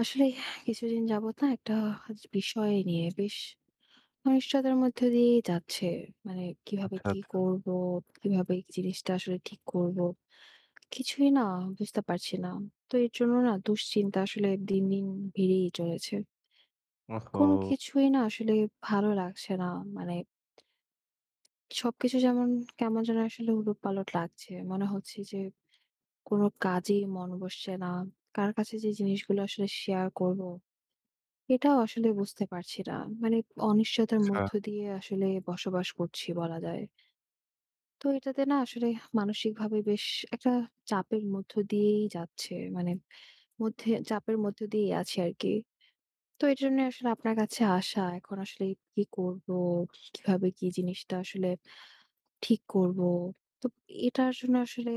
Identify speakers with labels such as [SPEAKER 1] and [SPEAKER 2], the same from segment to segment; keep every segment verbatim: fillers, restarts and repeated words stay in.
[SPEAKER 1] আসলে কিছুদিন যাবত না একটা বিষয় নিয়ে বেশ অনিশ্চয়তার মধ্যে দিয়েই যাচ্ছে। মানে কিভাবে
[SPEAKER 2] আচ্ছা,
[SPEAKER 1] কি
[SPEAKER 2] আচ্ছা।
[SPEAKER 1] করব? কিভাবে এই জিনিসটা আসলে ঠিক করব? কিছুই না বুঝতে পারছি না। তো এর জন্য না দুশ্চিন্তা আসলে দিন, দিন বেড়েই চলেছে।
[SPEAKER 2] ওহহো!
[SPEAKER 1] কোনো কিছুই না আসলে ভালো লাগছে না। মানে সবকিছু যেমন কেমন যেন আসলে উলটপালট লাগছে। মনে হচ্ছে যে কোনো কাজেই মন বসছে না। কার কাছে যে জিনিসগুলো আসলে শেয়ার করব এটাও আসলে বুঝতে পারছি না। মানে অনিশ্চয়তার
[SPEAKER 2] আচ্ছা।
[SPEAKER 1] মধ্য দিয়ে আসলে বসবাস করছি বলা যায়। তো এটাতে না আসলে মানসিকভাবে বেশ একটা চাপের মধ্য দিয়েই যাচ্ছে। মানে মধ্যে চাপের মধ্য দিয়েই আছি আরকি। তো এজন্য আসলে আপনার কাছে আসা। এখন আসলে কি করব? কিভাবে কি জিনিসটা আসলে ঠিক করব? তো এটার জন্য আসলে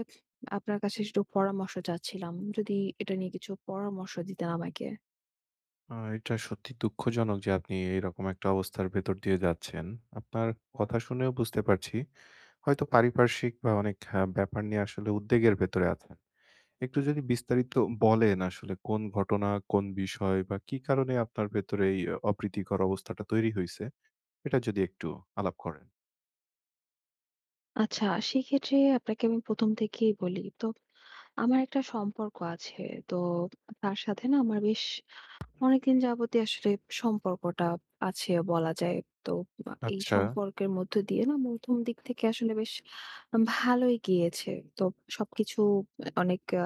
[SPEAKER 1] আপনার কাছে একটু পরামর্শ চাচ্ছিলাম। যদি এটা নিয়ে কিছু পরামর্শ দিতেন আমাকে।
[SPEAKER 2] আ এটা সত্যি দুঃখজনক যে আপনি এরকম একটা অবস্থার ভেতর দিয়ে যাচ্ছেন। আপনার কথা শুনেও বুঝতে পারছি। হয়তো পারিপার্শ্বিক বা অনেক আ ব্যাপার নিয়ে আসলে উদ্বেগের ভেতরে আছেন। একটু যদি বিস্তারিত বলেন আসলে কোন ঘটনা, কোন বিষয় বা কি কারণে আপনার ভেতরে এই আহ, অপ্রীতিকর অবস্থাটা তৈরি হইছে? এটা যদি একটু আলাপ করেন।
[SPEAKER 1] আচ্ছা, সেক্ষেত্রে আপনাকে আমি প্রথম থেকেই বলি। তো আমার একটা সম্পর্ক আছে। তো তার সাথে না আমার বেশ অনেকদিন যাবতই আসলে সম্পর্কটা আছে বলা যায়। তো আ এই
[SPEAKER 2] আচ্ছা,
[SPEAKER 1] সম্পর্কের মধ্য দিয়ে না প্রথম দিক থেকে আসলে বেশ ভালোই গিয়েছে। তো সবকিছু অনেক আ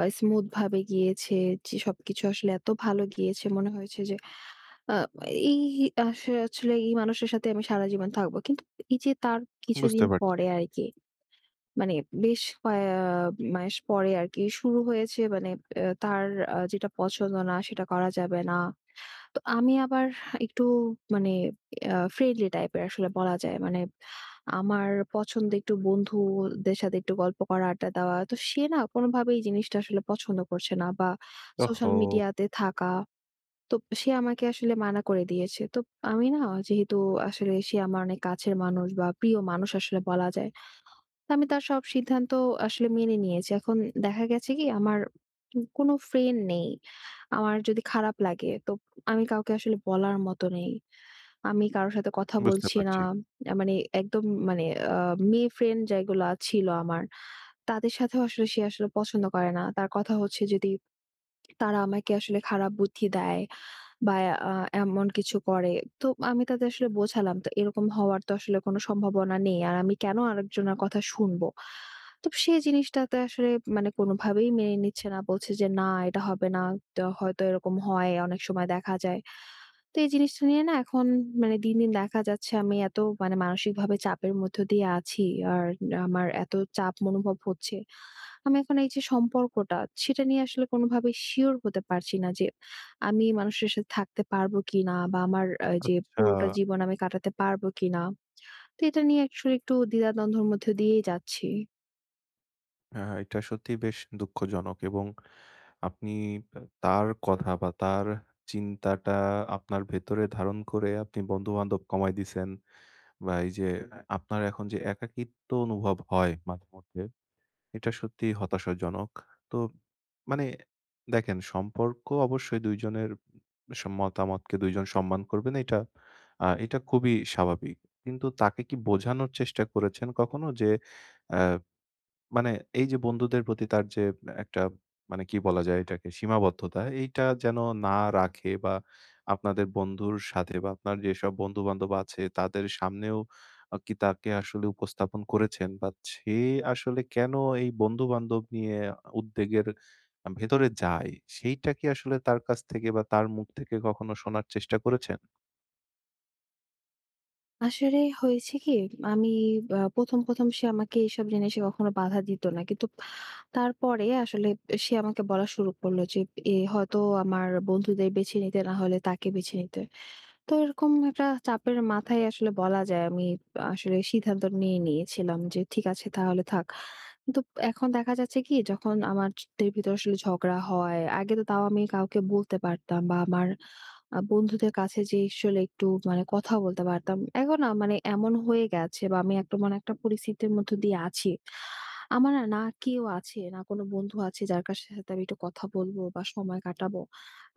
[SPEAKER 1] আ স্মুথ ভাবে গিয়েছে। যে সবকিছু আসলে এত ভালো গিয়েছে মনে হয়েছে যে আ এই আস আসলে এই মানুষের সাথে আমি সারা জীবন থাকবো। কিন্তু এই যে তার
[SPEAKER 2] বুঝতে
[SPEAKER 1] কিছুদিন
[SPEAKER 2] পারছি।
[SPEAKER 1] পরে আরকি মানে বেশ কয়ে মাস পরে আরকি শুরু হয়েছে মানে আ তার আ যেটা পছন্দ না সেটা করা যাবে না। তো আমি আবার একটু মানে আ ফ্রেন্ডলি টাইপের আসলে বলা যায়। মানে আমার পছন্দ একটু বন্ধুদের সাথে একটু গল্প করা, আড্ডা দেওয়া। তো সে না কোনোভাবেই জিনিসটা আসলে পছন্দ করছে না বা সোশ্যাল
[SPEAKER 2] ওহহো!
[SPEAKER 1] মিডিয়াতে থাকা। তো সে আমাকে আসলে মানা করে দিয়েছে। তো আমি না যেহেতু আসলে সে আমার অনেক কাছের মানুষ বা প্রিয় মানুষ আসলে বলা যায়। আমি তার সব সিদ্ধান্ত আসলে মেনে নিয়েছি। এখন দেখা গেছে কি আমার উম কোনো ফ্রেন্ড নেই। আমার যদি খারাপ লাগে তো আমি কাউকে আসলে বলার মতো নেই। আমি কারো সাথে কথা
[SPEAKER 2] বুঝতে
[SPEAKER 1] বলছি না।
[SPEAKER 2] পারছি।
[SPEAKER 1] আ মানে একদম মানে আ মেয়ে ফ্রেন্ড যেগুলা ছিল আমার, তাদের সাথেও আসলে সে আসলে পছন্দ করে না। তার কথা হচ্ছে যদি তারা আমাকে আসলে খারাপ বুদ্ধি দেয় বা আ এমন কিছু করে। তো আমি তাদের আসলে বোঝালাম। তো এরকম হওয়ার তো আসলে কোনো সম্ভাবনা নেই। আর আমি কেন আরেকজনের কথা শুনবো? তো সেই জিনিসটাতে আসলে মানে কোনোভাবেই মেনে নিচ্ছে না। বলছে যে, "না, এটা হবে না। তো হয়তো এরকম হয়। অনেক সময় দেখা যায়।" তো এই জিনিসটা নিয়ে না এখন মানে দিন, দিন দেখা যাচ্ছে আমি এত মানে মানসিকভাবে চাপের মধ্য দিয়ে আছি। আর আমার এত চাপ অনুভব হচ্ছে। আমি এখন এই যে সম্পর্কটা, সেটা নিয়ে আসলে কোনোভাবে সিউর হতে পারছি না যে, আমি মানুষের সাথে থাকতে পারবো কিনা বা আমার আ যে
[SPEAKER 2] আচ্ছা।
[SPEAKER 1] পুরোটা জীবন আমি কাটাতে পারবো কিনা। তো এটা নিয়ে actually একটু দ্বিধাদ্বন্দ্বের মধ্য দিয়েই যাচ্ছি।
[SPEAKER 2] হ্যাঁ, এটা সত্যিই বেশ দুঃখজনক এবং আপনি তার কথা বা তার চিন্তাটা আপনার ভেতরে ধারণ করে আপনি বন্ধু-বান্ধব কমায় দিছেন বা এই যে আপনার এখন যে একাকিত্ব অনুভব হয় মাঝেমধ্যে, এটা সত্যিই হতাশাজনক। তো মানে দেখেন সম্পর্ক অবশ্যই দুই জনের স মতামতকে দুই জন সম্মান করবেন এটা আ এটা খুবই স্বাভাবিক। কিন্তু তাকে কি বোঝানোর চেষ্টা করেছেন কখনো যে অ্যা মানে এই যে বন্ধুদের প্রতি তার যে একটা মানে কি বলা যায় এটাকে সীমাবদ্ধতা এইটা যেন না রাখে বা আপনাদের বন্ধুর সাথে বা আপনার যেসব বন্ধু বান্ধব আছে তাদের সামনেও আহ, কি তাকে আসলে উপস্থাপন করেছেন বা সে আসলে কেন এই বন্ধু বান্ধব নিয়ে উদ্বেগের ভেতরে যায় সেইটা কি আসলে তার কাছ থেকে বা তার মুখ থেকে কখনো শোনার চেষ্টা করেছেন?
[SPEAKER 1] আসলে হয়েছে কি, আমি আ ১ম, ১ম সে আমাকে এইসব জিনিসে কখনো বাধা দিত না। কিন্তু তারপরে আসলে সে আমাকে বলা শুরু করলো যে, এ হয়তো আমার বন্ধুদের বেছে নিতে না হলে তাকে বেছে নিতে। তো এরকম একটা চাপের মাথায় আসলে বলা যায় আমি আসলে সিদ্ধান্ত নিয়ে নিয়েছিলাম যে ঠিক আছে তাহলে থাক। কিন্তু এখন দেখা যাচ্ছে কি যখন আমার আমাদের ভিতরে আসলে ঝগড়া হয়, আগে তো তাও আমি কাউকে বলতে পারতাম বা আমার আ বন্ধুদের কাছে যে আসলে একটু মানে কথা বলতে পারতাম। এখন না মানে এমন হয়ে গেছে বা আমি একটা মানে একটা পরিস্থিতির মধ্য দিয়ে আছি। আমার না কেউ আছে, না কোনো বন্ধু আছে যার কাছে সাথে আমি একটু কথা বলবো বা সময় কাটাবো।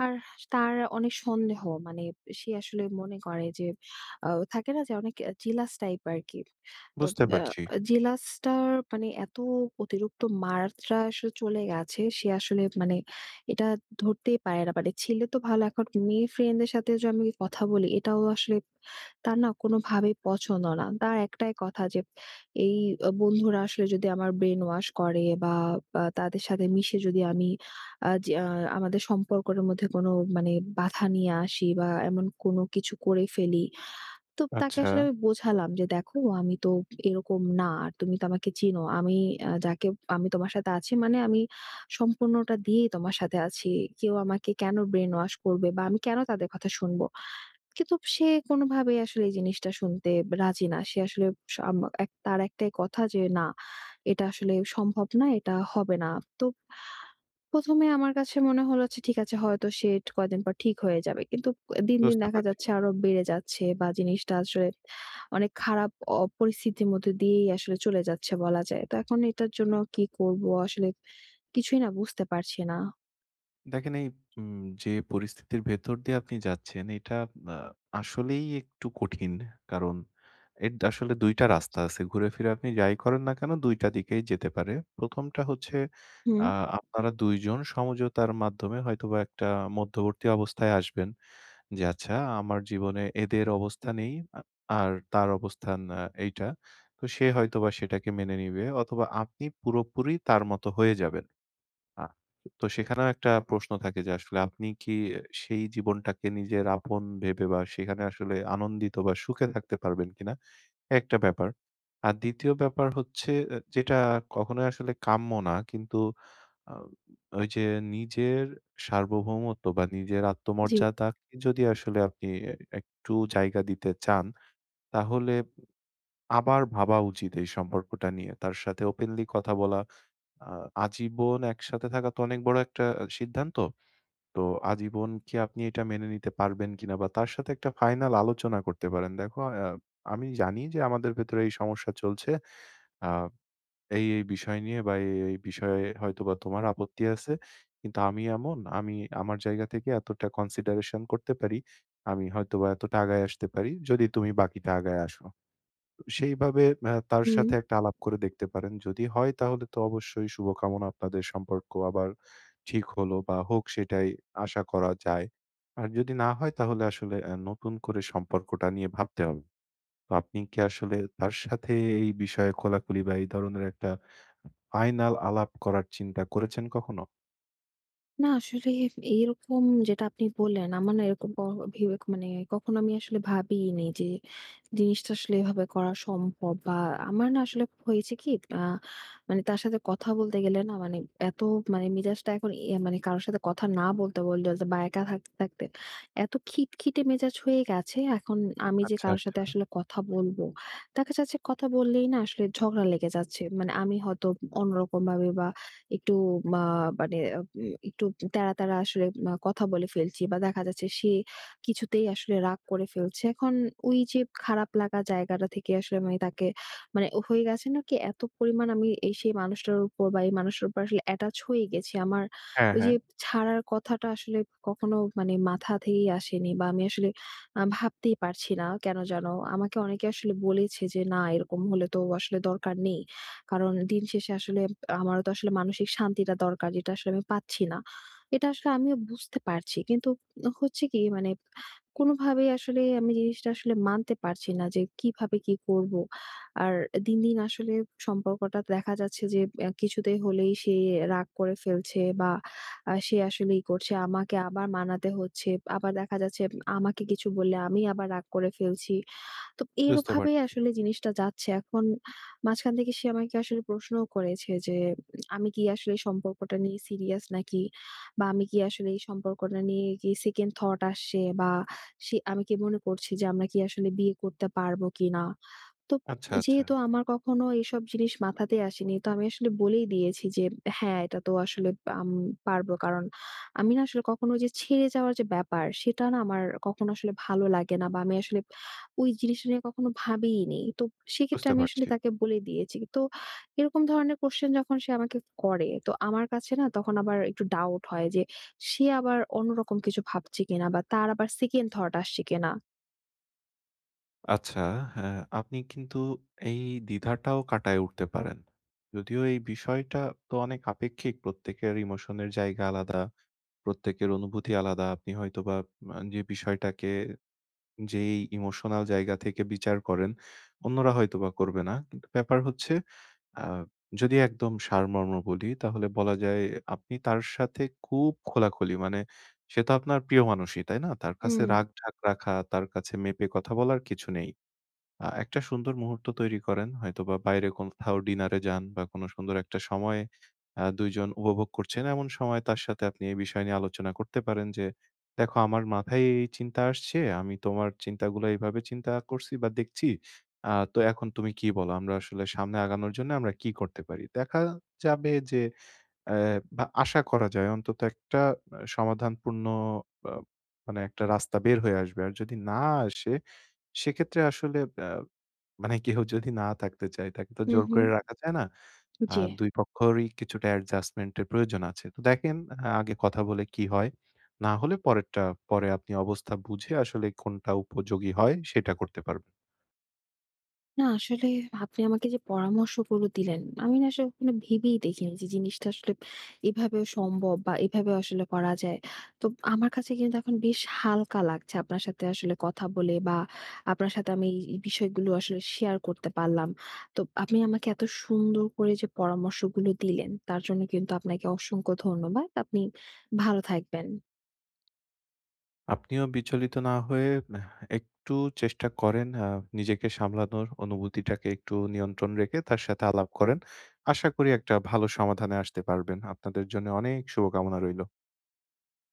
[SPEAKER 1] আর তার অনেক সন্দেহ মানে সে আসলে মনে করে যে আ থাকে না যে অনেক জেলাস টাইপ আরকি। তো
[SPEAKER 2] বুঝতে
[SPEAKER 1] আ
[SPEAKER 2] পারছি।
[SPEAKER 1] জেলাসটার মানে এত অতিরিক্ত মাত্রা আসলে চলে গেছে সে আসলে মানে এটা ধরতেই পারে না। মানে ছেলে তো ভালো এখন মেয়ে ফ্রেন্ডদের সাথে যে আমি কথা বলি এটাও আসলে তার না কোনোভাবেই পছন্দ না। তার একটাই কথা যে এই আ বন্ধুরা আসলে যদি আমার ব্রেইন ওয়াশ করে বা আ তাদের সাথে মিশে যদি আমি আ যে আ আমাদের সম্পর্কের মধ্যে কোনো মানে বাধা নিয়ে আসি বা এমন কোনো কিছু করে ফেলি। তো তাকে
[SPEAKER 2] আচ্ছা,
[SPEAKER 1] আসলে আমি বোঝালাম যে, "দেখো আমি তো এরকম না। আর তুমি তো আমাকে চিনো। আমি আ যাকে আমি তোমার সাথে আছি মানে আমি সম্পূর্ণটা দিয়েই তোমার সাথে আছি। কেউ আমাকে কেন ব্রেইন ওয়াশ করবে বা আমি কেন তাদের কথা শুনবো?" কিন্তু সে কোনোভাবেই আসলে এই জিনিসটা শুনতে রাজি না। সে আসলে স আম এক তার একটাই কথা যে, "না, এটা আসলে সম্ভব না, এটা হবে না।" তো ১ম এ আমার কাছে মনে হলো যে ঠিক আছে হয়তো সে কয়দিন পর ঠিক হয়ে যাবে। কিন্তু দিন, দিন
[SPEAKER 2] বুঝতে
[SPEAKER 1] দেখা
[SPEAKER 2] পারছি।
[SPEAKER 1] যাচ্ছে আরো বেড়ে যাচ্ছে বা জিনিসটা আসলে অনেক খারাপ অ পরিস্থিতির মধ্যে দিয়েই আসলে চলে যাচ্ছে বলা যায়। তো এখন এটার জন্য কি করব আসলে কিছুই না বুঝতে পারছি না।
[SPEAKER 2] দেখেন এই উম যে পরিস্থিতির ভেতর দিয়ে আপনি যাচ্ছেন এটা আ আসলেই একটু কঠিন। কারণ এর আসলে দুই টা রাস্তা আছে। ঘুরে ফিরে আপনি যাই করেন না কেন দুই টা দিকেই যেতে পারে। প্রথম টা হচ্ছে
[SPEAKER 1] হুম,
[SPEAKER 2] আ আপনারা দুই জন সমঝোতার মাধ্যমে হয়তোবা একটা মধ্যবর্তী অবস্থায় আসবেন। যে আচ্ছা আমার জীবনে এদের অবস্থান এই আ আর তার অবস্থান আ এইটা। তো সে হয়তোবা সেটাকে মেনে নিবে অথবা আপনি পুরোপুরি তার মতো হয়ে যাবেন। আ তো সেখানেও একটা প্রশ্ন থাকে যে আসলে আপনি কি সেই জীবনটাকে নিজের আপন ভেবে বা সেখানে আসলে আনন্দিত বা সুখে থাকতে পারবেন কিনা? একটা ব্যাপার। আর দ্বিতীয় ব্যাপার হচ্ছে এ যেটা কখনোই আসলে কাম্য না কিন্তু আ ওই যে নিজের সার্বভৌমত্ব বা নিজের
[SPEAKER 1] জি।
[SPEAKER 2] আত্মমর্যাদাকে যদি আসলে আপনি এ একটু জায়গা দিতে চান তাহলে আবার ভাবা উচিত এই সম্পর্কটা নিয়ে। তার সাথে ওপেনলি কথা বলা আ আজীবন একসাথে থাকা তো অনেক বড় একটা আ সিদ্ধান্ত। তো আজীবন কি আপনি এটা মেনে নিতে পারবেন কিনা? বা তার সাথে একটা ফাইনাল আলোচনা করতে পারেন। দেখো আ আমি জানি যে আমাদের ভেতরে এই সমস্যা চলছে। আ এই, এই বিষয় নিয়ে বা এই, এই বিষয়ে হয়তোবা তোমার আপত্তি আছে। কিন্তু আমি এমন, আমি আমার জায়গা থেকে এতটা কনসিডারেশন করতে পারি। আমি হয়তোবা এতটা আগায় আসতে পারি। যদি তুমি বাকিটা আগায় আসো। সেইভাবে আ তার
[SPEAKER 1] হুম।
[SPEAKER 2] সাথে একটা আলাপ করে দেখতে পারেন। যদি হয় তাহলে তো অবশ্যই শুভকামনা আপনাদের সম্পর্ক আবার ঠিক হলো বা হোক সেটাই আশা করা যায়। আর যদি না হয় তাহলে আসলে আ নতুন করে সম্পর্কটা নিয়ে ভাবতে হবে। তো আপনি কি আসলে তার সাথে এই বিষয়ে খোলাখুলি বা এই ধরনের একটা ফাইনাল আলাপ করার চিন্তা করেছেন কখনো?
[SPEAKER 1] না আসলে এইরকম যেটা আপনি বললেন, আমার না এরকম ক ভেবে মানে কখনো আমি আসলে ভাবিইনি যে জিনিসটা আসলে এভাবে করা সম্ভব বা আমার না আসলে হয়েছে কি। আ মানে তার সাথে কথা বলতে গেলে না মানে এত মানে মেজাজটা এখন এ মানে কারোর সাথে কথা না বলতে বললে বা একা থাকতে থাকতে এত খিটখিটে মেজাজ হয়ে গেছে। এখন আমি যে
[SPEAKER 2] আচ্ছা,
[SPEAKER 1] কারোর সাথে
[SPEAKER 2] আচ্ছা।
[SPEAKER 1] আসলে কথা বলবো দেখা যাচ্ছে কথা বললেই না আসলে ঝগড়া লেগে যাচ্ছে। মানে আমি হয়তো অন্যরকম ভাবে বা একটু আ মানে উম একটু তেড়া তেড়া আসলে আ কথা বলে ফেলছি বা দেখা যাচ্ছে সে কিছুতেই আসলে রাগ করে ফেলছে। এখন ওই যে খারাপ লাগা জায়গাটা থেকে আসলে আমি তাকে মানে হয়ে গেছে না কি এত পরিমাণ আমি এই সেই মানুষটার উপর বা এই মানুষটার উপর আসলে অ্যাটাচ হয়ে গেছি। আমার
[SPEAKER 2] হ্যাঁ,
[SPEAKER 1] ওই
[SPEAKER 2] হ্যাঁ।
[SPEAKER 1] যে ছাড়ার কথাটা আসলে কখনো মানে মাথা থেকেই আসেনি বা আমি আসলে আ ভাবতেই পারছি না কেন যেন। আমাকে অনেকে আসলে বলেছে যে, "না এরকম হলে তো আসলে দরকার নেই।" কারণ দিন শেষে আসলে আমারও তো আসলে মানসিক শান্তিটা দরকার যেটা আসলে আমি পাচ্ছি না। এটা আসলে আমিও বুঝতে পারছি। কিন্তু হচ্ছে কি মানে কোনোভাবেই আসলে আমি জিনিসটা আসলে মানতে পারছি না যে কিভাবে কি করব। আর দিন, দিন আসলে সম্পর্কটা দেখা যাচ্ছে যে অ্যা কিছুতে হলেই সে রাগ করে ফেলছে বা আ সে আসলে ই করছে। আমাকে আবার মানাতে হচ্ছে। আবার দেখা যাচ্ছে আমাকে কিছু বললে আমি আবার রাগ করে ফেলছি। তো
[SPEAKER 2] বুঝতে
[SPEAKER 1] এরভাবেই
[SPEAKER 2] পারছি।
[SPEAKER 1] আসলে জিনিসটা যাচ্ছে। এখন মাঝখান থেকে সে আমাকে আসলে প্রশ্নও করেছে যে, উম, আমি কি আসলে এই সম্পর্কটা নিয়ে সিরিয়াস নাকি? বা আমি কি আসলে এই সম্পর্কটা নিয়ে কি সেকেন্ড থট আসছে? বা সে আমি কি মনে করছি যে আমরা কি আসলে বিয়ে করতে পারবো কিনা? তো
[SPEAKER 2] আচ্ছা, আচ্ছা।
[SPEAKER 1] যেহেতু আমার কখনো এইসব জিনিস মাথাতেই আসেনি। তো আমি আসলে বলেই দিয়েছি যে, "হ্যাঁ, এটা তো আসলে আম পারবো।" কারণ আমি না আসলে কখনো ওই যে ছেড়ে যাওয়ার যে ব্যাপার, সেটা না আমার কখনো আসলে ভালো লাগে না বা আমি আসলে ওই জিনিসটা নিয়ে কখনো ভাবিইনি। তো সেক্ষেত্রে
[SPEAKER 2] বুঝতে
[SPEAKER 1] আমি আসলে
[SPEAKER 2] পারছি।
[SPEAKER 1] তাকে বলে দিয়েছি। তো এরকম ধরনের কোয়েশ্চেন যখন সে আমাকে করে, তো আমার কাছে না তখন আবার একটু ডাউট হয় যে, সে আবার অন্যরকম কিছু ভাবছে কিনা বা তার আবার সেকেন্ড থট আসছে কিনা।
[SPEAKER 2] আচ্ছা, হ্যাঁ, আপনি কিন্তু এই দ্বিধাটাও কাটায় উঠতে পারেন। যদিও এই বিষয়টা তো অনেক আপেক্ষিক। প্রত্যেকের ইমোশনের জায়গা আলাদা, প্রত্যেকের অনুভূতি আলাদা। আপনি হয়তোবা আ যে বিষয়টাকে যেই ইমোশনাল জায়গা থেকে বিচার করেন, অন্যরা হয়তোবা করবে না। কিন্তু ব্যাপার হচ্ছে আ যদি একদম সারমর্ম বলি তাহলে বলা যায় আপনি তার সাথে খুব খোলাখুলি। মানে সে তো আপনার প্রিয় মানুষই, তাই না? তার কাছে
[SPEAKER 1] হুম,
[SPEAKER 2] রাগ-ঢাক রাখা, তার কাছে মেপে কথা বলার কিছু নেই। আ একটা সুন্দর মুহূর্ত তৈরি করেন। হয়তোবা বাইরে কোথাও ডিনারে যান বা কোনো সুন্দর একটা সময়ে আ দুই জন উপভোগ করছেন। এমন সময় তার সাথে আপনি এই বিষয় নিয়ে আলোচনা করতে পারেন যে, "দেখো আমার মাথায় এই চিন্তা আসছে। আমি তোমার চিন্তাগুলো এইভাবে চিন্তা করছি বা দেখছি। আ তো এখন তুমি কি বলো? আমরা আসলে সামনে আগানোর জন্য আমরা কি করতে পারি?" দেখা যাবে যে অ্যা বা আশা করা যায় অন্তত একটা আ সমাধানপূর্ণ আ মানে একটা রাস্তা বের হয়ে আসবে। আর যদি না আসে সেক্ষেত্রে আসলে আ মানে কেউ যদি না থাকতে চায়, তাকে তো
[SPEAKER 1] হু,
[SPEAKER 2] জোর
[SPEAKER 1] হু।
[SPEAKER 2] করে রাখা যায় না।
[SPEAKER 1] জি।
[SPEAKER 2] আর দুই পক্ষেরই কিছুটা অ্যাডজাস্টমেন্ট এর প্রয়োজন আছে। তো দেখেন আ আগে কথা বলে কি হয়? না হলে পরেরটা পরে আপনি অবস্থা বুঝে আসলে কোনটা উপযোগী হয় সেটা করতে পারবেন।
[SPEAKER 1] না আসলে আপনি আমাকে যে পরামর্শগুলো দিলেন, আমি না আসলে কখনো ভেবেই দেখিনি যে জিনিসটা আসলে এভাবেও সম্ভব বা এভাবেও আসলে করা যায়। তো আমার কাছে কিন্তু এখন বেশ হালকা লাগছে আপনার সাথে আসলে কথা বলে বা আপনার সাথে আমি এই, এই বিষয়গুলো আসলে শেয়ার করতে পারলাম। তো আপনি আমাকে এত সুন্দর করে যে পরামর্শগুলো দিলেন তার জন্য কিন্তু আপনাকে অসংখ্য ধন্যবাদ। আপনি ভালো থাকবেন।
[SPEAKER 2] আপনিও বিচলিত না হয়ে আহ একটু চেষ্টা করেন আ নিজেকে সামলানোর, অনুভূতিটাকে একটু নিয়ন্ত্রণ রেখে তার সাথে আলাপ করেন। আশা করি একটা ভালো সমাধানে আসতে পারবেন। আপনাদের জন্য অনেক শুভকামনা রইল।